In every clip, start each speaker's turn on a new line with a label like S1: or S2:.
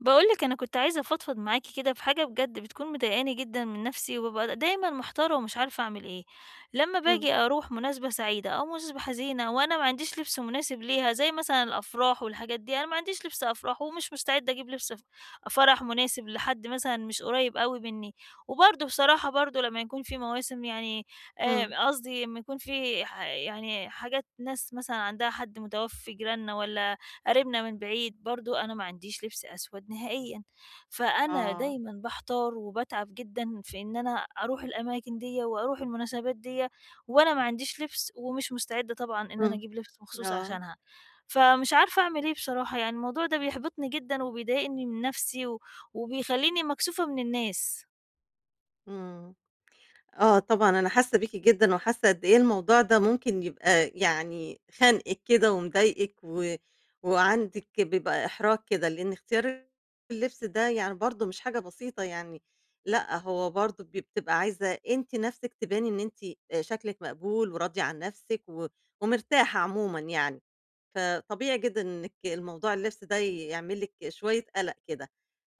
S1: باقول لِك أنا كنت عايزة أفضفض معاكِ كده في حاجة بجد بتكون مضايقاني جدًا من نفسي، وبابقى دايمًا محتارة ومش عارفة أعمل إيه. لمّا
S2: إمم،
S1: باجي أروح مناسبة سعيدة أو مناسبة حزينة وأنا ما عنديش لبس مناسب ليها، زي مثلًا الأفراح والحاجات دي، أنا ما عنديش لبس أفراح ومش مستعدة أجيب لبس فرح مناسب لحد مثلًا مش قريب أوي مني. وبرضه بصراحة برضه لمّا يكون في مواسم يعني
S2: إمم.
S1: قصدي لمّا يكون في يعني حاجات ناس مثلًا عندها حد متوفي، جيراننا والّا قاربنا من بعيد، برضه أنا ما عنديش لبس أسود نهائيًا، فأنا
S2: آه.
S1: دايمًا باحتار وباتعب جدًا في إن أنا أروح الأماكن ديّة وأروح المناسبات ديّة، وأنا ما عنديش لبس ومش مستعدة طبعًا إن أنا
S2: إمم.
S1: أجيب لبس مخصوص
S2: آه.
S1: عشانها، فمش عارفة أعمل إيه بصراحة، يعني الموضوع ده بيحبطني جدًا وبيضايقني من نفسي و وبيخلّيني مكسوفة من الناس.
S2: إمم. آه طبعًا أنا حاسة بيكِ جدًا وحاسة قد إيه الموضوع ده ممكن يبقى خانقِك كده ومضايقِك و وعندِك بيبقى إحراج كده، لإن اختيار اللبس ده يعني برضه مش حاجة بسيطة يعني. لأ هو برضه بتبقى عايزة أنتِ نَفْسِك تباني إن أنتِ شكلِك مقبول وراضية عن نَفْسِك و ومرتاحة عمومًا يعني. فطبيعي جدًا إنِّك الموضوع اللبس ده يعمل لِك شوية قَلَق كده.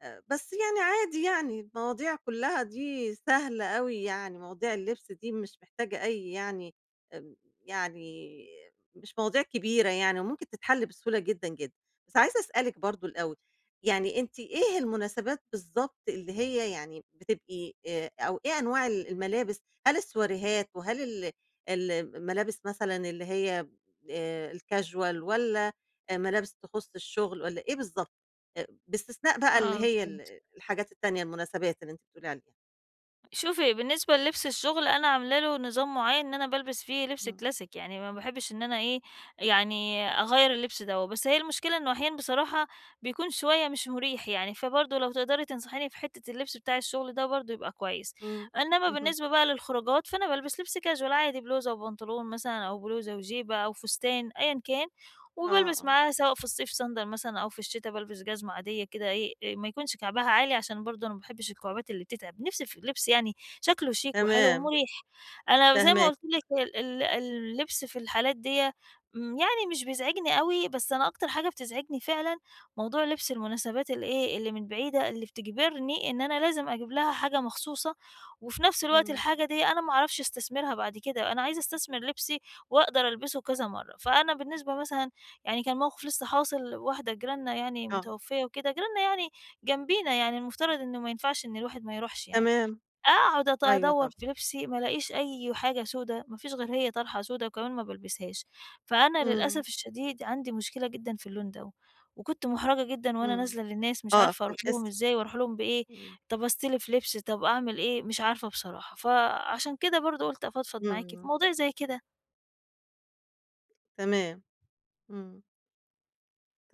S2: بس يعني عادي يعني المواضيع كلّها دي سهلة أوي يعني، مواضيع اللبس دي مش محتاجة أي يعني آمم، يعني مش مواضيع كبيرة يعني وممكن تتحل بسهولة جدًا، جدًا. بس عايزة أسألِك برضه الأول، يعني أنتِ إيه المناسبات بالضبط اللي هي يعني بتبقي، أو إيه أنواع الملابس؟ هل السواريهات وهل الملابس مثلًا اللي هي الcasual والّا ملابس تخُص الشغل والّا إيه بالضبط؟ باستثناء بقى اللي
S1: آه،
S2: هي
S1: فهمت.
S2: الحاجات التانية، المناسبات اللي أنتِ بتقولي عليها.
S1: شوفي، بالنسبة للبس الشغل أنا عاملة له نظام معيّن إن أنا بالبس فيه لبس
S2: إمم،
S1: كلاسيك، يعني ما باحبش إن أنا إيه، يعني أغيّر اللبس دوّة، بس هي المشكلة إنه أحيانًا بصراحة بيكون شوية مش مُريح يعني، فبرضه لو تقدري تنصحيني في حتّة اللبس بتاع الشغل ده برضه يبقى كويس،
S2: إمم،
S1: إنّما
S2: اهم،
S1: بالنسبة بقى للخروجات فأنا بالبس لبس casual عادي بلوزة وبنطلون مثلًا أو بلوزة وجيبة أو فستان أيًا كان.
S2: آه،
S1: وبالبس
S2: آه،
S1: معاها سواء في الصيف صندل مثلًا أو في الشتا بالبس جزمة عادية كده إيه، ما يكونش كعبها عالي عشان برضه أنا ما باحبش الكعبات اللي بتتعب، نِفْسي في لبس يعني شكله شيك وحلو
S2: تمام،
S1: ومُريح. أنا زي ما
S2: فاهماكِ،
S1: قُلت لِك ال ال اللبس في الحالات ديّة يعني مش بيزعجني أوي، بس أنا أكتر حاجة بتزعجني فعلًا موضوع لبس المناسبات الإيه، اللي من بعيدة، اللي بتجبرني إن أنا لازم أجيب لها حاجة مخصوصة، وفي نَفْس الوقت
S2: إمم،
S1: الحاجة ديّة أنا ما أعرفش أستثمرها بعد كده، أنا عايزة أستثمر لبسي وأقدر ألبسه كذا مرّة، فأنا بالنسبة مثلًا يعني كان موقف لسه حاصل واحدة جيراننا يعني
S2: آه،
S1: متوفية وكده، جيراننا يعني جنبينا يعني المفترض إنه ما ينفعش إن الواحد ما يروحش يعني،
S2: تمام،
S1: أقعد
S2: أيوه
S1: أدوّر
S2: طبعًا،
S1: في لبسي ما الاقيش أي حاجة سودا، ما فيش غير هي طرحة سودا وكمان ما بالبسهاش، فأنا
S2: إمم،
S1: للأسف الشديد عندي مشكلة جدًا في اللون دوّة، وكنت مُحرَجة جدًا وأنا
S2: إمم،
S1: نازلة للناس مش
S2: آه،
S1: عارفة
S2: في
S1: أروح لهم
S2: الاسم،
S1: إزاي وأروح لهم بإيه،
S2: إمم،
S1: طب أستلف لبس، طب أعمل إيه، مش عارفة بصراحة، فعشان كده برضه قُلت أفضفض معاكِ في
S2: إمم،
S1: مواضيع زي كده.
S2: تمام، إمم،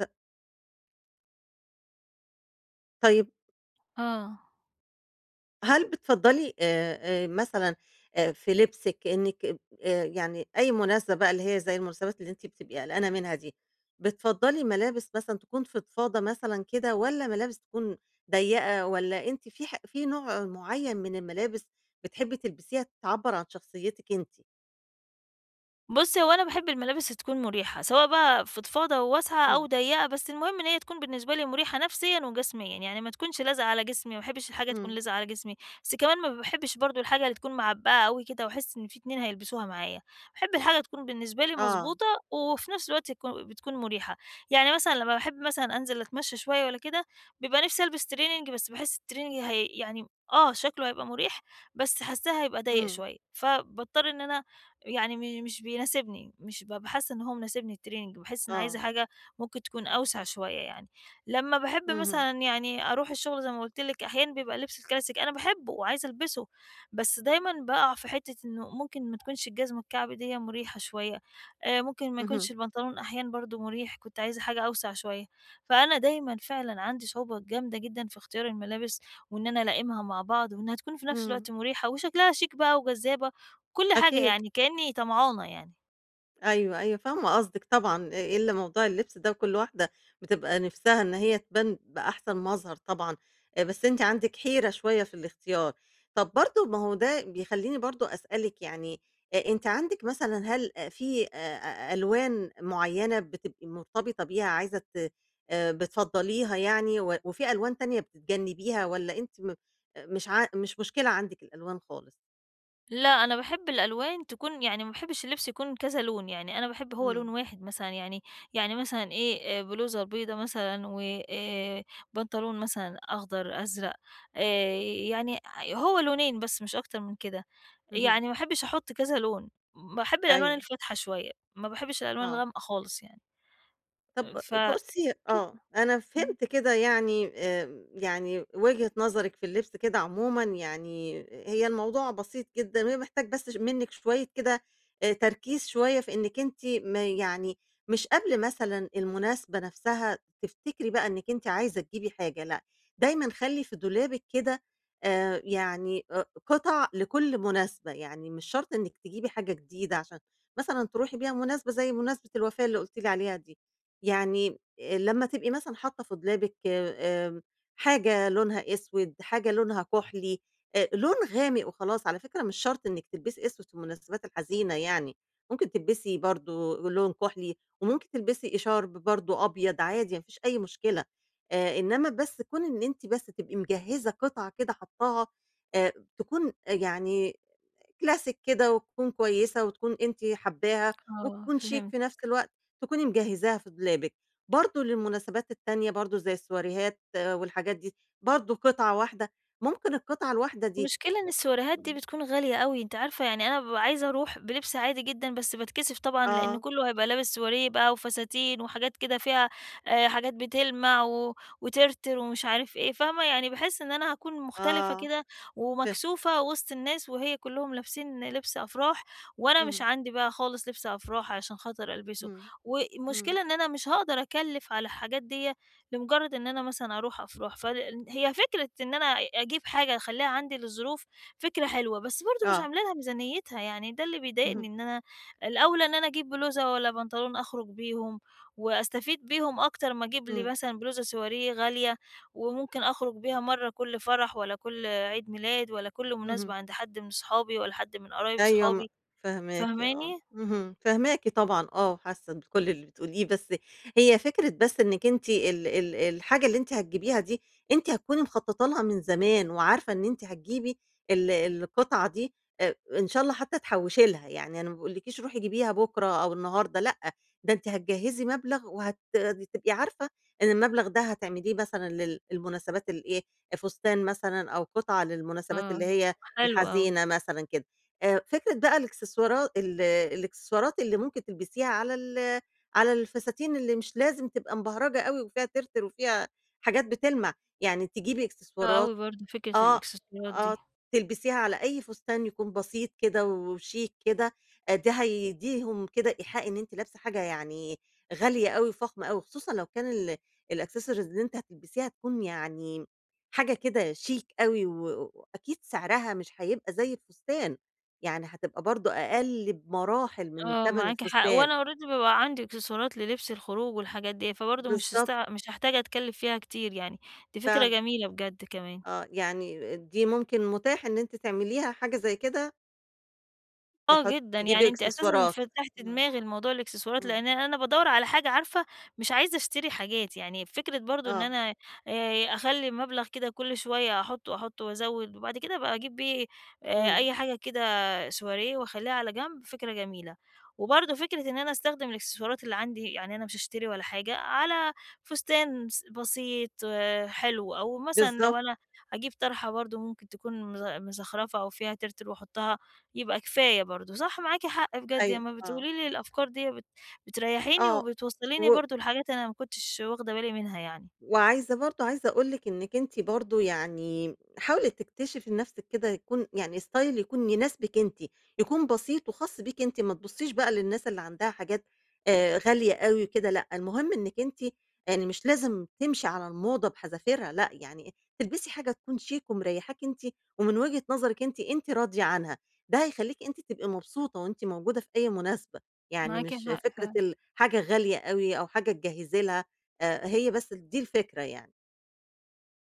S2: ط طيب
S1: آه.
S2: هل بتفضّلي مثلًا في لبسِك إنِّك ب يعني أي مناسبة بقى اللي هي زي المناسبات اللي أنتِ بتبقي قلقانة منها دي، بتفضّلي ملابس مثلًا تكون فضفاضة مثلًا كده والّا ملابس تكون ضيّقة والّا أنتِ في نوع معيّن من الملابس بتحبّي تلبسيها تعبّر عن شخصيتِك أنتِ؟
S1: بُص، هو أنا باحب الملابس تكون مريحة، سواء بقى فضفاضة وواسعة
S2: إمم،
S1: أو ضيّقة، بس المهم إن هي تكون بالنسبة لي مريحة نفسيًا وجسميًا، يعني ما تكونش لازقة على جسمي، ما باحبش الحاجة تكون
S2: إمم،
S1: لازقة على جسمي، بس كمان ما باحبش برضه الحاجة اللي تكون معبّقة أوي كده واحس إن في اتنين هيلبسوها معايا، باحب الحاجة تكون بالنسبة لي
S2: آه،
S1: مضبوطة وفي نفس الوقت تكون مريحة، يعني مثلًا لمّا باحب مثلًا أنزل أتمشى شوية والّا كده، بيبقى نفسي ألبس تريننج بس باحس التريننج هي يعني آه، شكله هيبقى مريح، بس حاساه هيبقى ضيّق
S2: إمم،
S1: شوية، فباضطر إن أنا يعني مش بيناسبني، مش بابقى حاسة إن هو مناسبني الtraining باحس إني عايزة
S2: آه،
S1: حاجة ممكن تكون أوسع شوية يعني. لمّا باحب
S2: اهم،
S1: مثلًا يعني أروح الشغل زي ما قُلت لِك أحيانًا بيبقى اللبس الكلاسيك أنا باحبه وعايزة ألبسه، بس دايمًا باقع في حتة إنه ممكن ما تكونش الجزمة الكعب ديّة مُريحة شوية، ممكن ما
S2: اهم،
S1: يكونش البنطلون أحيانًا برضه مُريح، كنت عايزة حاجة أوسع شوية. فأنا دايمًا فعلًا عندي صعوبة جامدة جدًا في اختيار الملابس وإن أنا ألائمها مع بعض وإنها تكون في نفس
S2: إمم،
S1: الوقت مُريحة وشكلها شيك بقى وجذابة كل حاجة
S2: أكيد.
S1: يعني كأني طمعانة يعني.
S2: أيوه فاهمة قصدِك طبعًا، إلا موضوع اللبس ده وكل واحدة بتبقى نِفْسها إن هي تبان بأحسن مظهر طبعًا. بس أنتِ عندِك حيرة شوية في الاختيار. طَب برضه ما هو ده بيخلّيني برضه أسألِك يعني أنتِ عندِك مثلًا هل أ في أ أ ألوان معيّنة بتبقي مرتبطة بيها عايزة ت بتفضّليها يعني وفي ألوان تانية بتتجنّبيها والّا أنتِ م مش ع مش مشكلة عندِك الألوان خالص؟
S1: لأ، أنا باحب الألوان تكون يعني ما باحبش اللبس يكون كذا لون، يعني أنا باحب هو لون
S2: إمم،
S1: واحد مثلًا يعني يعني مثلًا إيه، بلوزة بيضا مثلًا و آآ، بنطلون مثلًا أخضر، أزرق، آآ، يعني هو لونين بس مش أكتر من كده،
S2: اهم،
S1: يعني ما باحبش أحط كذا لون، باحب الألوان
S2: أيوه،
S1: الفاتحة شوية، ما باحبش الألوان
S2: آه.
S1: الغامقة خالص يعني،
S2: طب
S1: فكده.
S2: بُصّي آه، أنا
S1: إمم،
S2: فهمت كده يعني يعني وجهة نظرِك في اللبس كده عمومًا يعني هي الموضوع بسيط جدًا، وهي محتاج بس منِّك شوية كده تركيز شوية في إنِّك أنتِ ما يعني مش قبل مثلًا المناسبة نفسها تفتكري بقى إنِّك أنتِ عايزة تجيبي حاجة، لأ، دايمًا خلّي في دولابِك كده يعني قطع لكل مناسبة، يعني مش شرط إنِّك تجيبي حاجة جديدة عشان مثلًا تروحي بيها مناسبة زي مناسبة الوفاة اللي قُلتِ لي عليها دي. يعني لمّا تبقي مثلًا حاطة في دولابِك حاجة لونها أسود، حاجة لونها كحلي، لون غامق وخلاص. على فكرة مش شرط إنِّك تلبسي أسود في المناسبات الحزينة يعني، ممكن تلبسي برضه لون كحلي، وممكن تلبسي إشارب برضه أبيض عادي ما فيش أي مشكلة. إنّما بس كون إن أنتِ بس تبقي مجهّزة قطعة كده حاطاها آآ تكون يعني كلاسيك كده وتكون كويسة وتكون أنتِ حاباها
S1: آه،
S2: وتكون شيك في
S1: فهمت.
S2: نفس الوقت، تكوني مجهّزاها في دولابِك. برضه للمناسبات التانية برضه زي السواريهات آه، والحاجات دي، برضه قطعة واحدة، ممكن القطعة الواحدة دي
S1: المشكلة إن السيواريهات دي
S2: إمم.
S1: بتكون غالية أوي، أنتِ عارفة يعني أنا بابقى عايزة أروح بلبس عادي جدًا، بس باتكسف طبعًا لإن
S2: آه،
S1: كلّه هيبقى لابس سواريه بقى وفساتين وحاجات كده فيها حاجات بتلمع و وترتر ومش عارف إيه، فاهمة؟ يعني باحس إن أنا هاكون مختلفة
S2: آه،
S1: كده
S2: ف
S1: ومكسوفة وسط الناس وهي كلّهم لابسين لبس أفراح، وأنا مش
S2: إمم،
S1: عندي بقى خالص لبس أفراح عشان خاطر ألبسه،
S2: إمم، إمم،
S1: والمشكلة إن أنا مش هاقدر أكلّف على الحاجات ديّة لمجرد إن أنا مثلًا أروح أفراح، هي فكرة إن أنا أجيب حاجة أخلّيها عندي للظروف فكرة حلوة، بس برضه مش
S2: آه،
S1: عاملة لها ميزانيتها، يعني ده اللي
S2: اهم،
S1: بيضايقني إن أنا الأولى إن أنا أجيب بلوزة والّا بنطلون أخرج بيهم وأستفيد بيهم أكتر ما أجيب لي
S2: إمم،
S1: مثلًا بلوزة سواريه غالية وممكن أخرج بيها مرّة كل فرح ولا كل عيد ميلاد ولا كل
S2: اهم.
S1: مناسبة عند حد من صحابي ولا حد من قرايب
S2: أيوه،
S1: صحابي،
S2: فاهماكِ آه،
S1: فاهماني؟
S2: اهم، فاهماكِ طبعًا آه، حاسة بكل اللي بتقوليه. بس هي فكرة بس إنِّك أنتِ ال ال الحاجة اللي أنتِ هتجيبيها دي، أنتِ هتكوني مخططة لها من زمان وعارفة إن أنتِ هتجيبي القطعة دي إن شاء الله حتى تحوّشي لها، يعني أنا ما باقولكيش روحي جيبيها بُكرة أو النهارده لأ، ده أنتِ هتجهّزي مبلغ وهت تبقي عارفة إن المبلغ ده هتعمليه مثلًا للمناسبات الإيه، فستان مثلًا أو قطعة للمناسبات
S1: آه.
S2: اللي هي
S1: حلو أوي،
S2: الحزينة مثلًا كده. فكرة بقى الإكسسوارات اللي ممكن تلبسيها على الفساتين اللي مش لازم تبقى مبهرجة أوي وفيها ترتر وفيها حاجات بتلمع، يعني تجيبي
S1: حلو
S2: إكسسوارات
S1: أوي برضه فكرة
S2: آه،
S1: الإكسسوارات
S2: آه،
S1: دي.
S2: تلبسيها على أي فستان يكون بسيط كده وشيك كده. ده هيدّيهم كده إيحاء إن أنتِ لابسة حاجة يعني غالية أوي وفخمة أوي، خصوصًا لو كان الaccessories اللي أنتِ هتلبسيها هتكون يعني حاجة كده شيك أوي وأكيد سعرها مش هيبقى زي الفستان، يعني هتبقى برضه أقل بمراحل من
S1: آه،
S2: تَمَن
S1: معاكِ حق،
S2: الفستان.
S1: وأنا already بيبقى عندي إكسسوارات للبس الخروج والحاجات ديّة، فبرضه مش هست
S2: بالضبط،
S1: مش هاحتاج أتكلّف فيها كتير يعني، دي فكرة
S2: فعلًا،
S1: جميلة بجد كمان.
S2: آه، يعني دي ممكن متاح إن أنتِ تعمليها حاجة زي كده،
S1: آه جدًا،
S2: تجيبي
S1: يعني أنتِ أساسًا
S2: إكسسوارات.
S1: فتحتِ
S2: إمم.
S1: دماغي لموضوع الإكسسوارات،
S2: إمم،
S1: لإن أنا بادوّر على حاجة عارفة مش عايزة أشتري حاجات، يعني فكرة برضه إن
S2: آه،
S1: أنا أخلّي مبلغ كده كل شوية أحُطّه، أحُطّه وأزوّد، وبعد كده أبقى أجيب بيه
S2: إمم،
S1: أي حاجة كده شواريه وأخلّيها على جنب، فكرة جميلة. وبرضه فكرة إن أنا أستخدم الإكسسوارات اللي عندي، يعني أنا مش هاشتري ولا حاجة، على فستان بسيط آه، حلو، أو مثلًا
S2: بالضبط،
S1: لو أنا أجيب طرحة برضه ممكن تكون مزخرفة أو فيها تِرتِر وأحُطّها يبقى كفاية برضه، صح معاكِ حق بجد،
S2: أيوه،
S1: أمّا
S2: آه،
S1: بتقولي لي الأفكار ديّة بتريّحيني
S2: آه،
S1: وبتوصّليني
S2: و
S1: برضه لحاجات أنا ما كنتش واخدة بالي منها يعني.
S2: وعايزة برضه عايزة أقول لِك إنِّك أنتِ برضه يعني حاولي تكتشفي لنفسِك كده يكون يعني style يكون يناسبِك أنتِ، يكون بسيط وخاص بيكِ أنتِ. ما تبُصّيش بقى للناس اللي عندها حاجات غالية أوي وكده لأ، المهم إنِّك أنتِ يعني مش لازم تمشي على الموضة بحذافيرها لأ، يعني تلبسي حاجة تكون شيك ومريّحاكِ أنتِ ومن وجهة نظرِك أنتِ، أنتِ راضية عنها، ده هيخلّيكِ أنتِ تبقي مبسوطة وأنتِ موجودة في أي مناسبة، يعني
S1: معاكِ
S2: مش
S1: حق
S2: فكرة
S1: فعلًا.
S2: حاجة غالية أوي أو حاجة تجهّزي لها هي بس دي الفكرة يعني.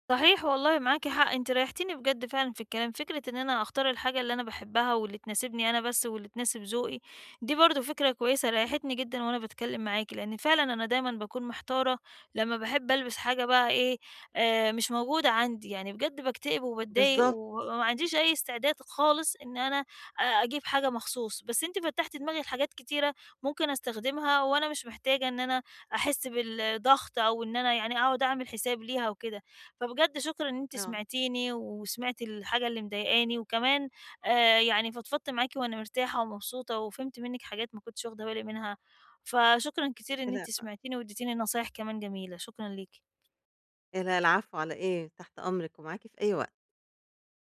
S1: صحيح والله معاكِ حق، أنتِ ريحتيني بجد فعلًا في الكلام، فكرة إن أنا أختار الحاجة اللي أنا باحبها واللي تناسبني أنا بس واللي تناسب ذوقي، دي برضه فكرة كويسة ريحتني جدًا وأنا باتكلم معاكِ، لإن فعلًا أنا دايمًا باكون محتارة لمّا باحب ألبس حاجة بقى إيه، مش موجودة عندي، يعني بجد باكتئب وباتضايق
S2: بالضبط،
S1: وما عنديش أي استعداد خالص إن أنا أجيب حاجة مخصوص، بس أنتِ فتّحتِ دماغي لحاجات كتيرة ممكن أستخدمها وأنا مش محتاجة إن أنا أحس بالضغط أو إن أنا يعني أقعد أعمل حساب ليها وكده. فبجد شكرًا إن أنتِ
S2: آه. آه.
S1: سمعتيني، وسمعتِ الحاجة اللي مضايقاني، وكمان يعني فضفضت معاكِ وأنا مرتاحة ومبسوطة، وفهمت منِّك حاجات ما كنتش واخدة بالي منها، فشكرًا كتير إن
S2: لأ،
S1: أنتِ سمعتيني واديتيني نصايح كمان جميلة، شكرًا ليكِ.
S2: لأ العفو على إيه، تحت أمرِك ومعاكِ في أي وقت.